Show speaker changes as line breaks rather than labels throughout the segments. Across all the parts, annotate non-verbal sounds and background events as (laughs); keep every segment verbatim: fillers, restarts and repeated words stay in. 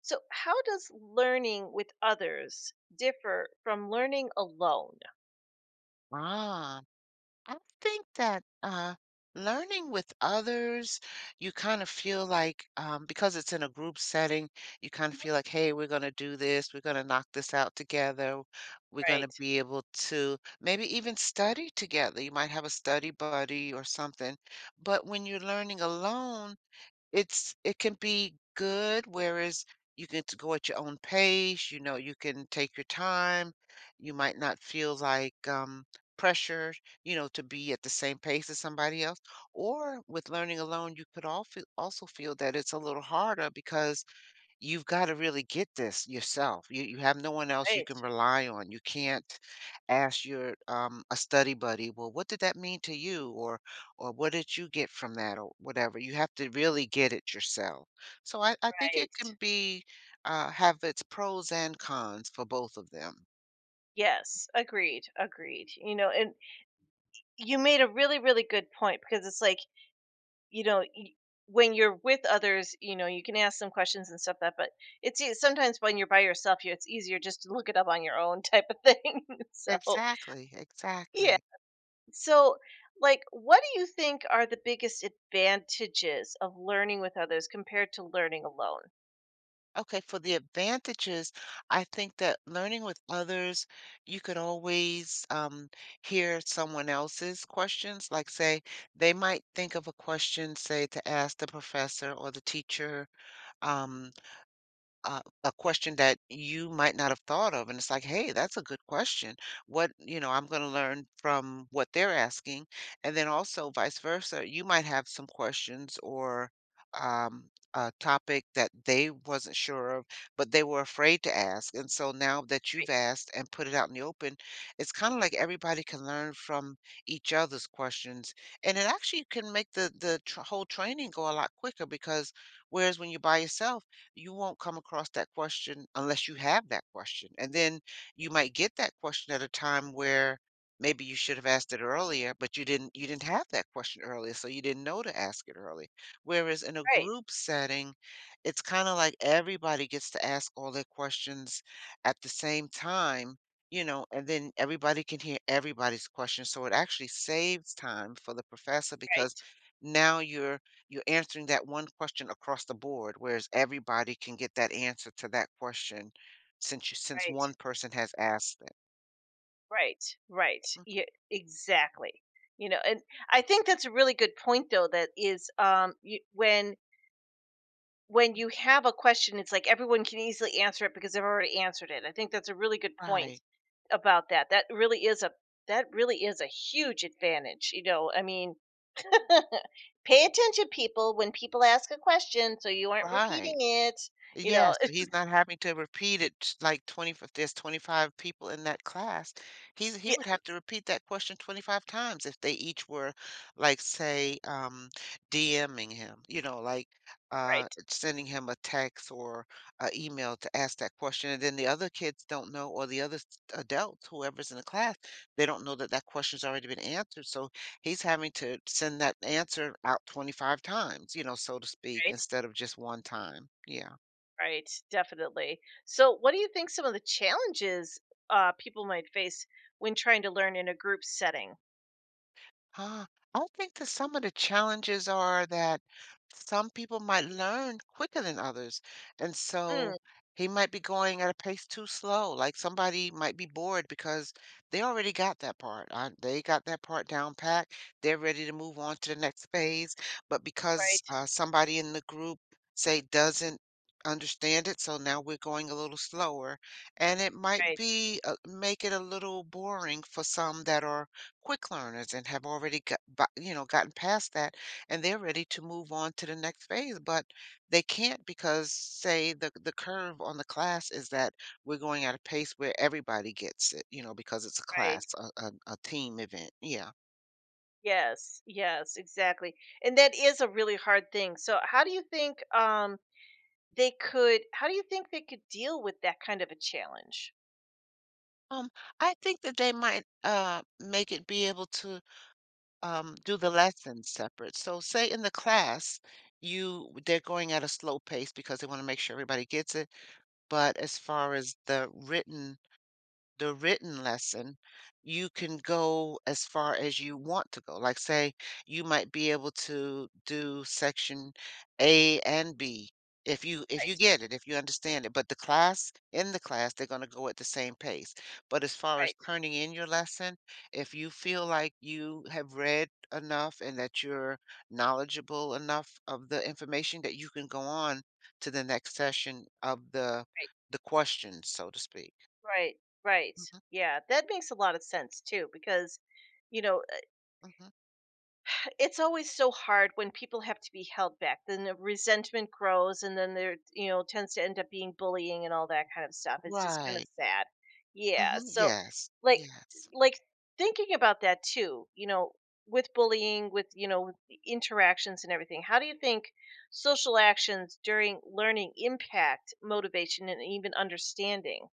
So, how does learning with others differ from learning alone?
Ah, I think that uh, learning with others, you kind of feel like, um, because it's in a group setting, you kind of
Mhm.
feel like, hey, we're going to do this, we're going to knock this out together, we're going
Right,
to be able to maybe even study together. You might have a study buddy or something. But when you're learning alone, it's it can be good, whereas you get to go at your own pace, you know, you can take your time. You might not feel like, um, pressure, you know, to be at the same pace as somebody else. Or with learning alone, you could all feel also feel that it's a little harder because you've gotta really get this yourself. You you have no one else you can
right,
rely on. You can't ask your, um, a study buddy, "Well, what did that mean to you?" Or or, "What did you get from that?" Or whatever. You have to really get it yourself. So I I think it
right.
can be, uh, have its pros and cons for both of them.
Yes, agreed, agreed. You know, and you made a really, really good point because it's like, you know, y- when you're with others, you know, you can ask them questions and stuff that, but it's ea- sometimes when you're by yourself, you it's easier just to look it up on your own (laughs) type of thing. (laughs) So,
Exactly,
yeah.
exactly.
So, like, what do you think are the biggest advantages of learning with others compared to learning alone?
Okay, for the advantages, I think that learning with others, you could always um, hear someone else's questions. Like, say, they might think of a question, say, to ask the professor or the teacher. Um, uh, a question that you might not have thought of, and it's like, hey, that's a good question. What, you know, I'm going to learn from what they're asking. And then also vice versa, you might have some questions, or um, a topic that they wasn't sure of, but they were afraid to ask. And so now that you've asked and put it out in the open, it's kind of like everybody can learn from each other's questions. And it actually can make the the tr- whole training go a lot quicker, because whereas when you're by yourself, you won't come across that question unless you have that question. And then you might get that question at a time where maybe you should have asked it earlier, but you didn't you didn't have that question earlier, so you didn't know to ask it early. Whereas in a
Right,
group setting, it's kind of like everybody gets to ask all their questions at the same time, you know, and then everybody can hear everybody's question. So it actually saves time for the professor because
right,
now you're you're answering that one question across the board, whereas everybody can get that answer to that question since you since
right,
one person has asked it.
right, right.
Mhm.
Yeah, exactly. You know, and I think that's a really good point though, that is um you, when when you have a question it's like everyone can easily answer it because they've already answered it. I think that's a really good point
Right,
about that. That really is a that really is a huge advantage, you know. I mean, (laughs) pay attention people when people ask a question so you aren't repeating
right.
it, you
Yeah,
know.
so he's not having to repeat it t- like twenty, if there's twenty-five people in that class. He's
(laughs)
he would
Yeah,
have to repeat that question twenty-five times if they each were, like, say, um DMing him, you know, like uh
right,
sending him a text or a email to ask that question, and then the other kids don't know, or the other s- adults, whoever's in the class, they don't know that that question's already been answered. So he's having to send that answer out twenty-five times, you know, so to speak,
right.
instead of just one time. Yeah.
Right, definitely. So, what do you think some of the challenges uh, people might face when trying to learn in a group setting?
Ah, I think that some of the challenges are that some people might learn quicker than others. And
Mm,
so he might be going at a pace too slow. Like somebody might be bored because they already got that part. Uh, they got that part down pat. They're ready to move on to the next phase. But because
right,
uh, somebody in the group, say, doesn't understand it, so now we're going a little slower. And it might
right,
be, uh, make it a little boring for some that are quick learners and have already got, bu- you know, gotten past that and they're ready to move on to the next phase, but they can't because say the the curve on the class is that we're going at a pace where everybody gets it, you know, because it's a class,
right.
a, a, a team event. Yeah.
Yes, yes, exactly. And that is a really hard thing. So, how do you think um, they could? How do you think they could deal with that kind of a challenge?
Um, I think that they might uh make it be able to um do the lessons separate. So say in the class, you they're going at a slow pace because they want to make sure everybody gets it. But as far as the written the written lesson, you can go as far as you want to go. Like, say, you might be able to do section A and B if you if you
Right,
get it, if you understand it. But the class, in the class, they're going to go at the same pace. But as far as
right,
turning in your lesson, if you feel like you have read enough and that you're knowledgeable enough of the information that you can go on to the next session of the
right,
the questions, so to speak.
right, right.
hmm
Yeah, that makes a lot of sense too, because, you know,
hmm
it's always so hard when people have to be held back. Then the resentment grows, and then there, you know, tends to end up being bullying and all that kind of stuff. It's just kind of
Right.
sad. Yeah.
Mhm.
So,
Yes.
like,
Yes.
like thinking about that too. You know, with bullying, with, you know, with the interactions and everything. How do you think social actions during learning impact motivation and even understanding?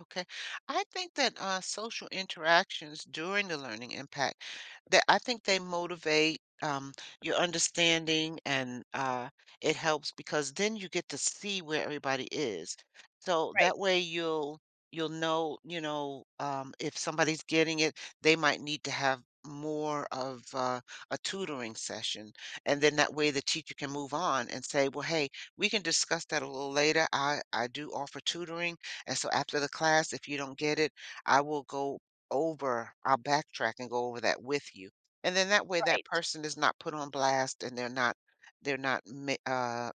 Okay. I think that uh, social interactions during the learning impact, that I think they motivate, um, your understanding. And uh, it helps because then you get to see where everybody is. So
Right.
that way you'll you'll know, you know, um, if somebody's getting it, they might need to have more of, uh, a tutoring session. And then that way the teacher can move on and say, well, hey, we can discuss that a little later. I, I do offer tutoring, and so after the class, if you don't get it, I will go over, I'll backtrack and go over that with you. And then that way that
Right.
person is not put on blast, and they're not they're not ma- uh,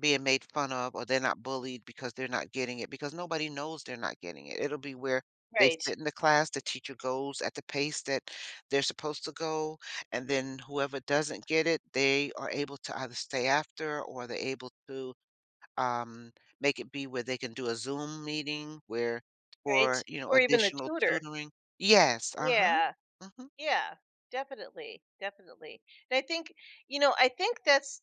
being made fun of, or they're not bullied because they're not getting it, because nobody knows they're not getting it. It'll be where they
Right.
sit in the class, the teacher goes at the pace that they're supposed to go, and then whoever doesn't get it, they are able to either stay after, or they're able to um, make it be where they can do a Zoom meeting where,
Right.
for, you know,
Or even a
additional
tutor.
tutoring. Yes, uh-huh.
Yeah.
Mhm.
Yeah, definitely, definitely. And I think, you know, I think that's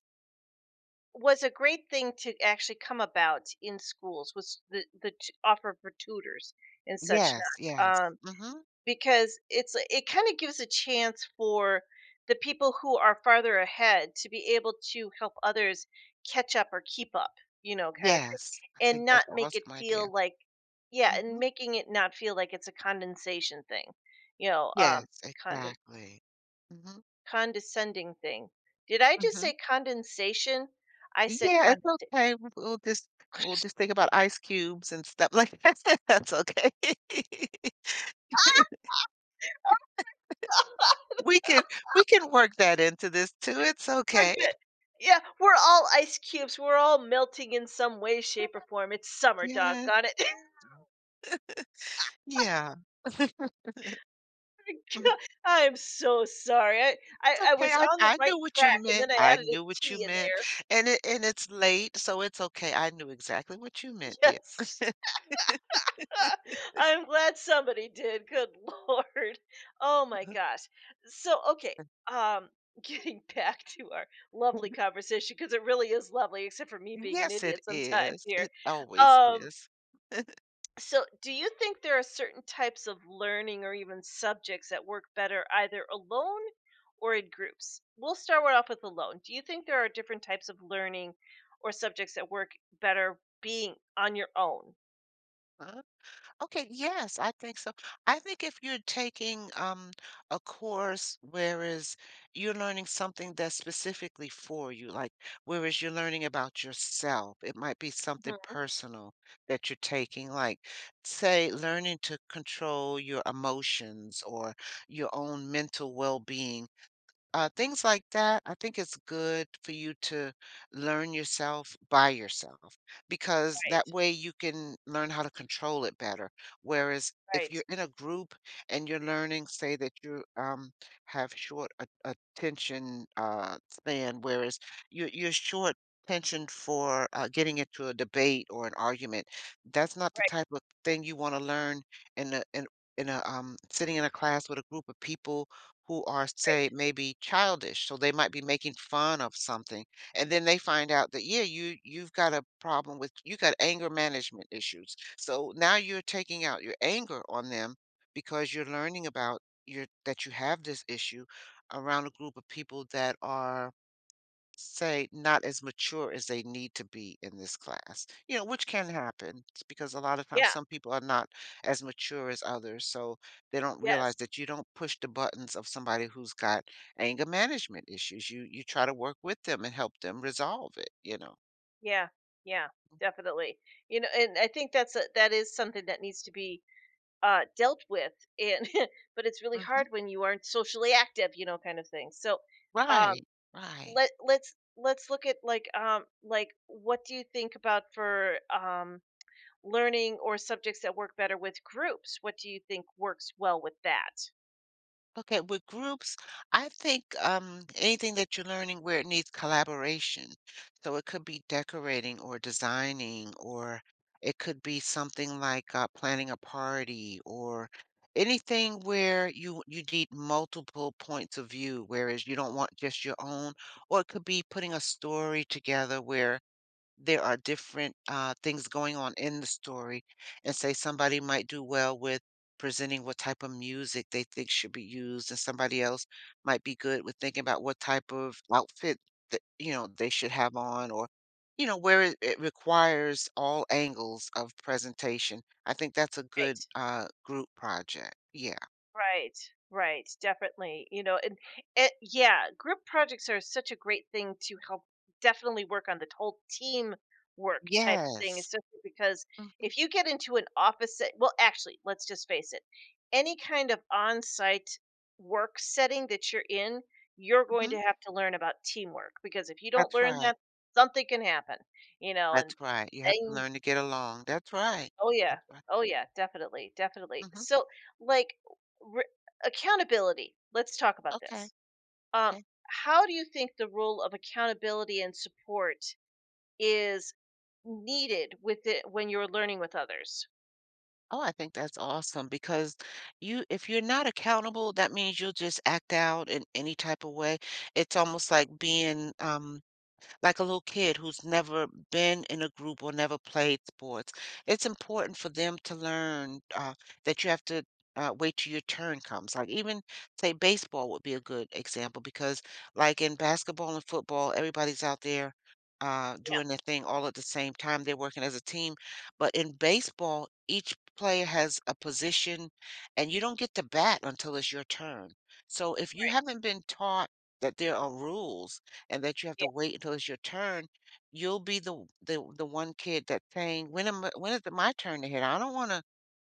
was a great thing to actually come about in schools was the the t- offer for tutors and such,
Yes, yes.
not um,
Mhm.
because it's it kind of gives a chance for the people who are farther ahead to be able to help others catch up or keep up, you know, kind of thing,
Yes. I
and
think
not
that's an
make it
awesome idea.
feel like, yeah, and
Mhm.
making it not feel like it's a condensation thing, you know, um,
Yes, exactly. Mhm.
condescending thing. Did I just
Mhm.
say condensation? I said
Yeah, it's
condensa.
okay. We'll we'll just we'll
(laughs)
just think about ice cubes and stuff like (laughs) that. That's okay. (laughs) We can we can work that into this too. It's
We're
okay.
good. Yeah, we're all ice cubes, we're all melting in some way, shape, or form. It's summer,
Yeah.
doggone it.
Yeah. (laughs)
(laughs) I am so sorry. I I
It's
I
okay.
was
I
on the
I
right
knew what you
track, and
meant.
then I
I
added a
knew what you
T in
meant.
there.
And it and it's late, so it's okay. I knew exactly what you meant,
(laughs)
dear.
Yes. (laughs) I'm glad somebody did. Good (laughs) lord. Oh my gosh. So okay, um, (laughs) getting back to our lovely conversation because it really is lovely, except for me being an
Yes, it
idiot sometimes
is.
here.
It always
Um,
is.
so do you think there are certain types of learning or even subjects that work better either alone or in groups? We'll start off with alone. Do you think there are different types of learning or subjects that work better being on your own?
Okay, yes, I think so. I think if you're taking, um, a course, whereas you're learning something that's specifically for you, like whereas you're learning about yourself, it might be something
Mhm.
personal that you're taking, like, say, learning to control your emotions or your own mental well-being, uh, things like that. I think it's good for you to learn yourself by yourself, because that
Right,
way you can learn how to control it better. Whereas if
right,
you're in a group and you're learning, say that you, um, have short a- attention, uh, span, whereas you, you're short attention for, uh, getting into a debate or an argument, that's not the
right,
type of thing you want to learn in a in in a um, sitting in a class with a group of people who are, say,
right.
maybe childish, so they might be making fun of something, and then they find out that, yeah, you you've got a problem with, you got anger management issues. So now you're taking out your anger on them because you're learning about your that you have this issue around a group of people that are, say, not as mature as they need to be in this class, you know, which can happen s- because a lot of times
Yeah.
some people are not as mature as others. So they don't
Yes.
realize that you don't push the buttons of somebody who's got anger management issues. You you try to work with them and help them resolve it, you know.
Yeah. Yeah. Definitely. You know, and I think that's a that is something that needs to be uh dealt with, and (laughs) but it's really
Mhm.
hard when you aren't socially active, you know, kind of thing. So, um,
Right, right.
let let's let's look at, like, um, like, what do you think about for, um, learning or subjects that work better with groups? What do you think works well with that?
Okay, with groups, I think, um, anything that you're learning where it needs collaboration. So it could be decorating or designing, or it could be something like, uh, planning a party, or anything where you you need multiple points of view, whereas you don't want just your own. Or it could be putting a story together where there are different, uh, things going on in the story, and say somebody might do well with presenting what type of music they think should be used, and somebody else might be good with thinking about what type of outfit that, you know, they should have on, or you know, where it, it requires all angles of presentation. I think that's a good
Right.
uh group project. Yeah.
Right, right, definitely. You know, and it, yeah, group projects are such a great thing to help definitely work on the whole team work type thing,
Yes.
especially because
hmm
if you get into an office set, well, actually, let's just face it, any kind of on site work setting that you're in, you're going to
hmm
have to learn about teamwork, because if you don't
that's
learn
right.
that, something can happen, you know,
That's
and,
right, you have to learn to get along. That's right.
oh yeah.
That's right.
Oh yeah, definitely, definitely.
hmm
So, like, re- accountability. Let's talk about
okay.
this. Um,
Okay.
how do you think the role of accountability and support is needed with it when you're learning with others?
Oh, I think that's awesome because, you if you're not accountable, that means you'll just act out in any type of way. It's almost like being, um like a little kid who's never been in a group or never played sports. It's important for them to learn, uh, that you have to, uh, wait till your turn comes. Like, even say baseball would be a good example, because like in basketball and football, everybody's out there, uh,
Yeah,
doing their thing all at the same time. They're working as a team. But in baseball, each player has a position, and you don't get to bat until it's your turn. So if you
right.
haven't been taught that there are rules, and that you have to
Yeah.
wait until it's your turn, you'll be the the the one kid that's saying, "When am I, when is it my turn to hit? I don't want to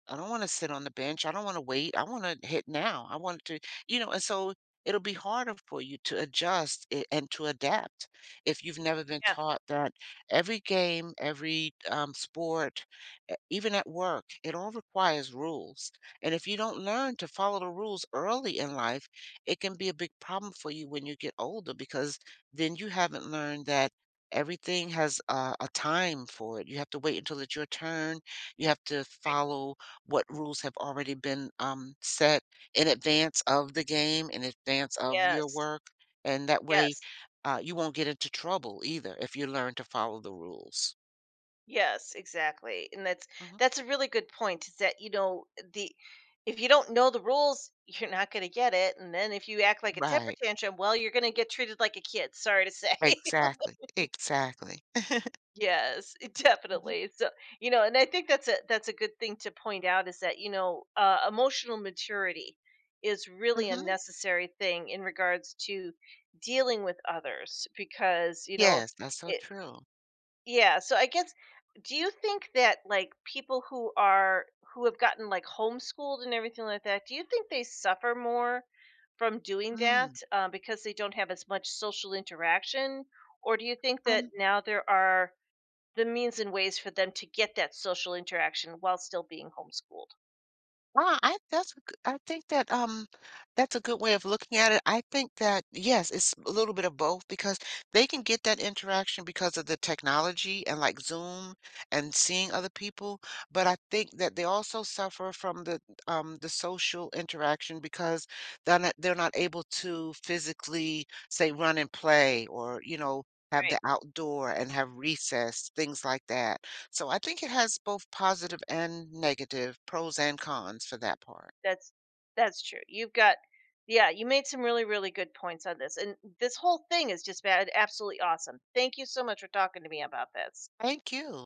I don't want to sit on the bench. I don't want to wait. I want to hit now. I want to, you know," and so it'll be harder for you to adjust i- and to adapt if you've never been
Yeah.
taught that every game, every, um, sport, e- even at work, it all requires rules. And if you don't learn to follow the rules early in life, it can be a big problem for you when you get older, because then you haven't learned that. Everything has a, a time for it. You have to wait until it's your turn. You have to follow what rules have already been, um, set in advance of the game, in advance of your
Yes.
work. And that way,
Yes.
uh, you won't get into trouble either if you learn to follow the rules.
Yes, exactly. And that's
hmm
that's a really good point, is that, you know, the if you don't know the rules, you're not going to get it. And then if you act like a temper
Right.
tantrum, well, you're going to get treated like a kid, sorry to say. (laughs)
Exactly. Exactly.
Yes, (laughs)
hmm
definitely. So, you know, and I think that's a that's a good thing to point out, is that, you know, uh, emotional maturity is really a
hmm
necessary thing in regards to dealing with others, because, you know,
Yes, that's so
it
true.
yeah, so I guess, do you think that, like, people who are who have gotten like homeschooled and everything like that, do you think they suffer more from doing that,
Mm.
uh, because they don't have as much social interaction? Or do you think that now there are the means and ways for them to get that social interaction while still being homeschooled,
Ah, I that's a g I think that, um that's a good way of looking at it. I think that yes, it's a little bit of both, because they can get that interaction because of the technology and like Zoom and seeing other people, but I think that they also suffer from the um the social interaction, because they're not they're not able to physically, say, run and play, or you know, have
right?
the outdoor and have recess, things like that. So I think it has both positive and negative, pros and cons for that part.
That's that's true. You've got, yeah, you made some really really good points on this. And this whole thing is just bad absolutely awesome. Thank you so much for talking to me about this.
Thank you.